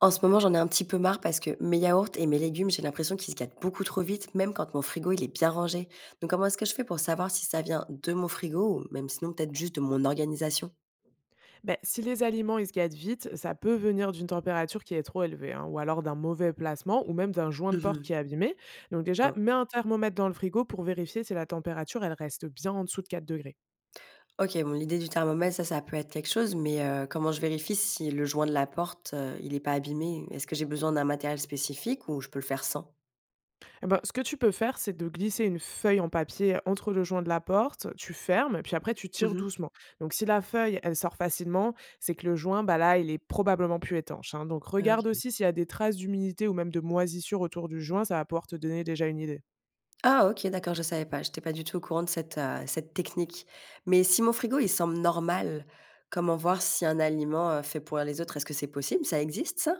En ce moment, j'en ai un petit peu marre parce que mes yaourts et mes légumes, j'ai l'impression qu'ils se gâtent beaucoup trop vite, même quand mon frigo il est bien rangé. Donc comment est-ce que je fais pour savoir si ça vient de mon frigo ou même sinon peut-être juste de mon organisation? Ben si les aliments ils se gâtent vite, ça peut venir d'une température qui est trop élevée, hein, ou alors d'un mauvais placement, ou même d'un joint de porte Mhm. qui est abîmé. Donc déjà, Oh. mets un thermomètre dans le frigo pour vérifier si la température elle reste bien en dessous de 4 degrés. OK, bon l'idée du thermomètre, ça peut être quelque chose, mais comment je vérifie si le joint de la porte, il est pas abîmé? Est-ce que j'ai besoin d'un matériel spécifique ou je peux le faire sans? Eh ben, ce que tu peux faire, c'est de glisser une feuille en papier entre le joint de la porte, tu fermes, puis après tu tires Mmh. doucement. Donc si la feuille elle sort facilement, c'est que le joint, bah là, il est probablement plus étanche, hein. Donc regarde OK. aussi s'il y a des traces d'humidité ou même de moisissure autour du joint, ça va pouvoir te donner déjà une idée. Ah OK, d'accord, je savais pas. J'étais pas du tout au courant de cette, cette technique. Mais si mon frigo, il semble normal, comment voir si un aliment, fait pourrir les autres? Est-ce que c'est possible? Ça existe ça?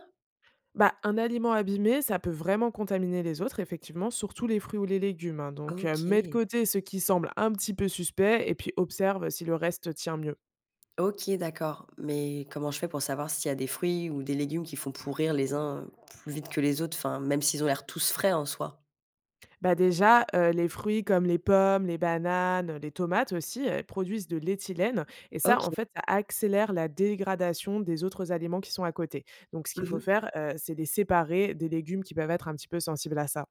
Bah, un aliment abîmé, ça peut vraiment contaminer les autres, effectivement, surtout les fruits ou les légumes, hein. Donc, mets de OK. côté ce qui semble un petit peu suspect et puis observe si le reste tient mieux. OK, d'accord. Mais comment je fais pour savoir s'il y a des fruits ou des légumes qui font pourrir les uns, plus vite que les autres? Enfin, même s'ils ont l'air tous frais en soi. Bah déjà, les fruits comme les pommes, les bananes, les tomates aussi produisent de l'éthylène et ça, OK. en fait, ça accélère la dégradation des autres aliments qui sont à côté. Donc, ce qu'il faut Mmh. faire, c'est les séparer des légumes qui peuvent être un petit peu sensibles à ça.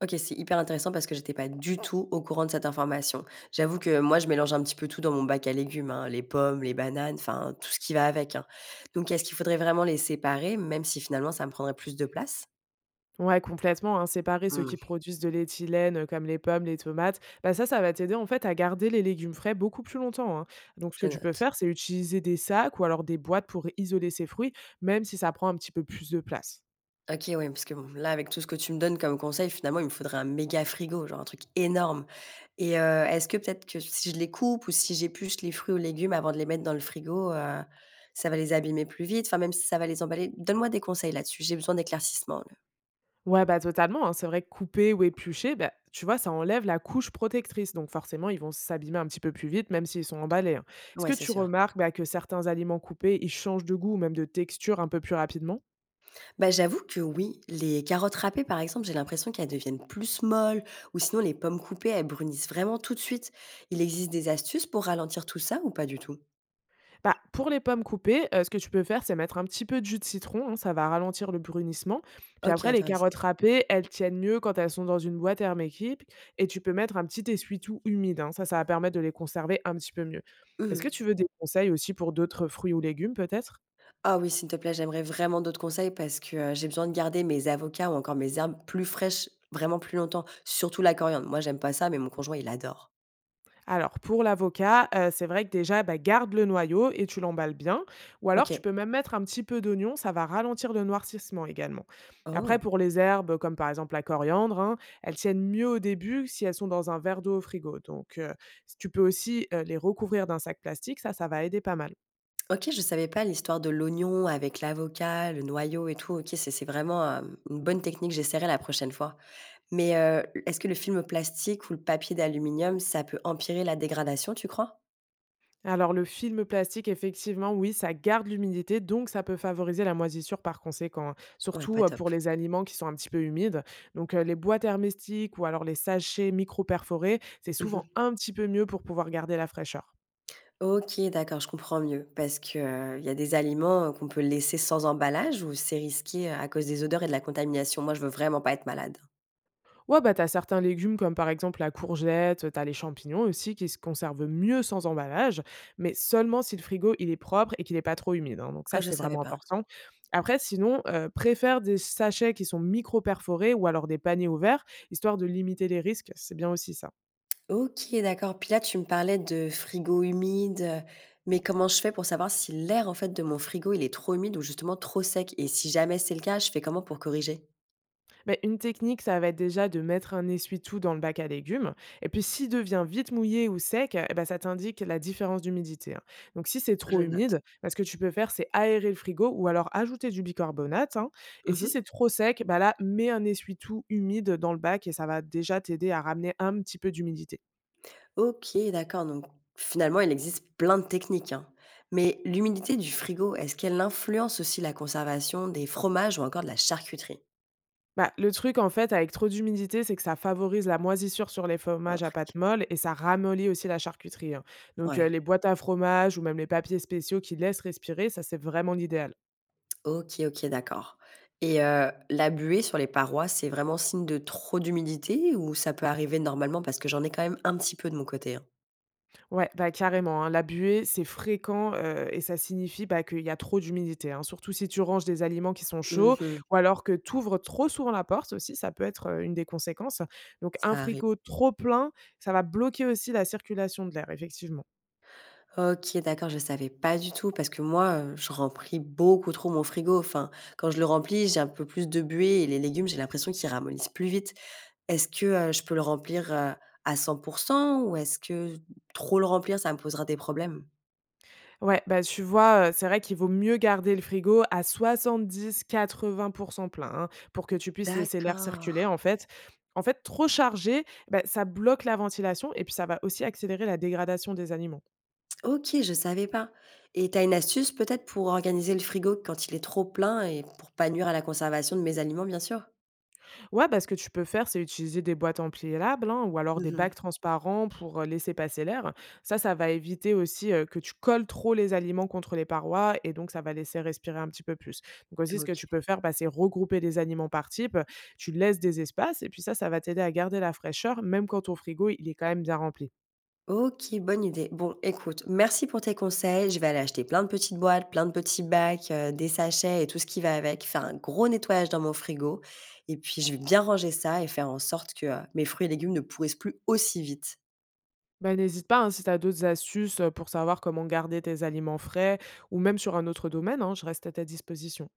OK, c'est hyper intéressant parce que j'étais pas du tout au courant de cette information. J'avoue que moi, je mélange un petit peu tout dans mon bac à légumes, hein, les pommes, les bananes, enfin tout ce qui va avec, hein. Donc est-ce qu'il faudrait vraiment les séparer, même si finalement ça me prendrait plus de place? Ouais, complètement, hein, séparer ceux Mmh, qui produisent de l'éthylène, comme les pommes, les tomates, bah, ça va t'aider, en fait, à garder les légumes frais beaucoup plus longtemps, hein. Donc ce je que tu peux note. faire, c'est utiliser des sacs ou alors des boîtes pour isoler ces fruits, même si ça prend un petit peu plus de place. OK, oui, parce que bon, là, avec tout ce que tu me donnes comme conseil, finalement, il me faudrait un méga frigo, genre un truc énorme. Et est-ce que peut-être que si je les coupe ou si j'épluche les fruits ou légumes avant de les mettre dans le frigo, ça va les abîmer plus vite? Enfin, même si ça va les emballer donne-moi des conseils là-dessus, j'ai besoin d'éclaircissement là. Ouais, bah, totalement, hein. C'est vrai que couper ou éplucher, bah, tu vois, ça enlève la couche protectrice. Donc, forcément, ils vont s'abîmer un petit peu plus vite, même s'ils sont emballés, hein. Est-ce Ouais, que c'est tu sûr. remarques, bah, que certains aliments coupés, ils changent de goût ou même de texture un peu plus rapidement? Bah, j'avoue que oui, les carottes râpées, par exemple, j'ai l'impression qu'elles deviennent plus molles ou sinon les pommes coupées, elles brunissent vraiment tout de suite. Il existe des astuces pour ralentir tout ça ou pas du tout? Bah, pour les pommes coupées, ce que tu peux faire, c'est mettre un petit peu de jus de citron, hein, ça va ralentir le brunissement. Puis OK, après, les intéressant. carottes râpées, elles tiennent mieux quand elles sont dans une boîte hermétique et tu peux mettre un petit essuie-tout humide, hein. Ça va permettre de les conserver un petit peu mieux. Est-ce Mmh. que tu veux des conseils aussi pour d'autres fruits ou légumes peut-être? Ah oui, s'il te plaît, j'aimerais vraiment d'autres conseils parce que, j'ai besoin de garder mes avocats ou encore mes herbes plus fraîches vraiment plus longtemps, surtout la coriandre. Moi, j'aime pas ça, mais mon conjoint, il adore. Alors pour l'avocat, c'est vrai que déjà, bah, garde le noyau et tu l'emballes bien ou alors tu OK. peux même mettre un petit peu d'oignon, ça va ralentir le noircissement également. Après Oh! pour les herbes, comme par exemple la coriandre, hein, elles tiennent mieux au début si elles sont dans un verre d'eau au frigo donc tu peux aussi, les recouvrir d'un sac plastique, ça va aider pas mal. OK, je savais pas l'histoire de l'oignon avec l'avocat, le noyau et tout. OK, c'est vraiment, une bonne technique, j'essaierai la prochaine fois. Mais est-ce que le film plastique ou le papier d'aluminium, ça peut empirer la dégradation, tu crois? Alors le film plastique, effectivement, oui, ça garde l'humidité, donc ça peut favoriser la moisissure par conséquent, hein. Ouais, pas surtout euh, top. pour les aliments qui sont un petit peu humides. Donc les boîtes hermétiques ou alors les sachets micro-perforés, c'est souvent Mmh. un petit peu mieux pour pouvoir garder la fraîcheur. OK, d'accord, je comprends mieux parce que, il y a des aliments, qu'on peut laisser sans emballage ou c'est risqué, à cause des odeurs et de la contamination? Moi, je veux vraiment pas être malade. Ouais, bah, t'as certains légumes comme par exemple la courgette, t'as les champignons aussi qui se conservent mieux sans emballage, mais seulement si le frigo il est propre et qu'il est pas trop humide, hein, donc Ah, ça je c'est savais vraiment pas. important. Après sinon, préfère des sachets qui sont micro-perforés ou alors des paniers ouverts, histoire de limiter les risques, c'est bien aussi ça. OK, d'accord. Puis là, tu me parlais de frigo humide, mais comment je fais pour savoir si l'air, en fait, de mon frigo, il est trop humide ou justement trop sec? Et si jamais c'est le cas, je fais comment pour corriger? Mais une technique, ça va être déjà de mettre un essuie-tout dans le bac à légumes. Et puis, s'il devient vite mouillé ou sec, eh ben, ça t'indique la différence d'humidité, hein. Donc, si c'est trop Je note. humide, ben, ce que tu peux faire, c'est aérer le frigo ou alors ajouter du bicarbonate, hein. Et si Mmh. c'est trop sec, bah là, mets un essuie-tout humide dans le bac et ça va déjà t'aider à ramener un petit peu d'humidité. OK, d'accord, donc finalement, il existe plein de techniques, hein. Mais l'humidité du frigo, est-ce qu'elle influence aussi la conservation des fromages ou encore de la charcuterie? Bah, le truc, en fait, avec trop d'humidité, c'est que ça favorise la moisissure sur les fromages à pâte Ork. molle et ça ramollit aussi la charcuterie, hein. Donc, Ouais. les boîtes à fromage ou même les papiers spéciaux qui laissent respirer, ça, c'est vraiment l'idéal. OK, OK, d'accord. Et la buée sur les parois, c'est vraiment signe de trop d'humidité ou ça peut arriver normalement? Parce que j'en ai quand même un petit peu de mon côté, hein. Ouais, bah, carrément, hein. La buée, c'est fréquent et ça signifie bah, qu'il y a trop d'humidité, hein. Surtout si tu ranges des aliments qui sont chauds Mmh. ou alors que tu ouvres trop souvent la porte aussi, ça peut être une des conséquences. Donc, un Ça arrive. frigo trop plein, ça va bloquer aussi la circulation de l'air, effectivement. OK, d'accord, je savais pas du tout parce que moi, je remplis beaucoup trop mon frigo. Enfin, quand je le remplis, j'ai un peu plus de buée et les légumes, j'ai l'impression qu'ils ramollissent plus vite. Est-ce que, je peux le remplir, à 100 ou est-ce que trop le remplir, ça me posera des problèmes? Ouais, bah, tu vois, c'est vrai qu'il vaut mieux garder le frigo à 70-80 plein, hein, pour que tu puisses laisser l'air D'accord. circuler, en fait. En fait, trop chargé, bah, ça bloque la ventilation et puis ça va aussi accélérer la dégradation des aliments. OK, je savais pas et tu as une astuce peut-être pour organiser le frigo quand il est trop plein et pour pas nuire à la conservation de mes aliments, bien sûr? Ouais, bah, ce que tu peux faire, c'est utiliser des boîtes en hein, ou alors des Mmh. bacs transparents pour laisser passer l'air. Ça va éviter aussi que tu colles trop les aliments contre les parois et donc ça va laisser respirer un petit peu plus. Donc aussi, ce que OK. tu peux faire, bah, c'est regrouper les aliments par type. Tu laisses des espaces et puis ça va t'aider à garder la fraîcheur même quand ton frigo, il est quand même bien rempli. OK, bonne idée. Bon, écoute, merci pour tes conseils. Je vais aller acheter plein de petites boîtes, plein de petits bacs, des sachets et tout ce qui va avec, faire un gros nettoyage dans mon frigo et puis je vais bien ranger ça et faire en sorte que, mes fruits et légumes ne pourrissent plus aussi vite. Bah, n'hésite pas hein, si tu as d'autres astuces pour savoir comment garder tes aliments frais ou même sur un autre domaine, hein, je reste à ta disposition.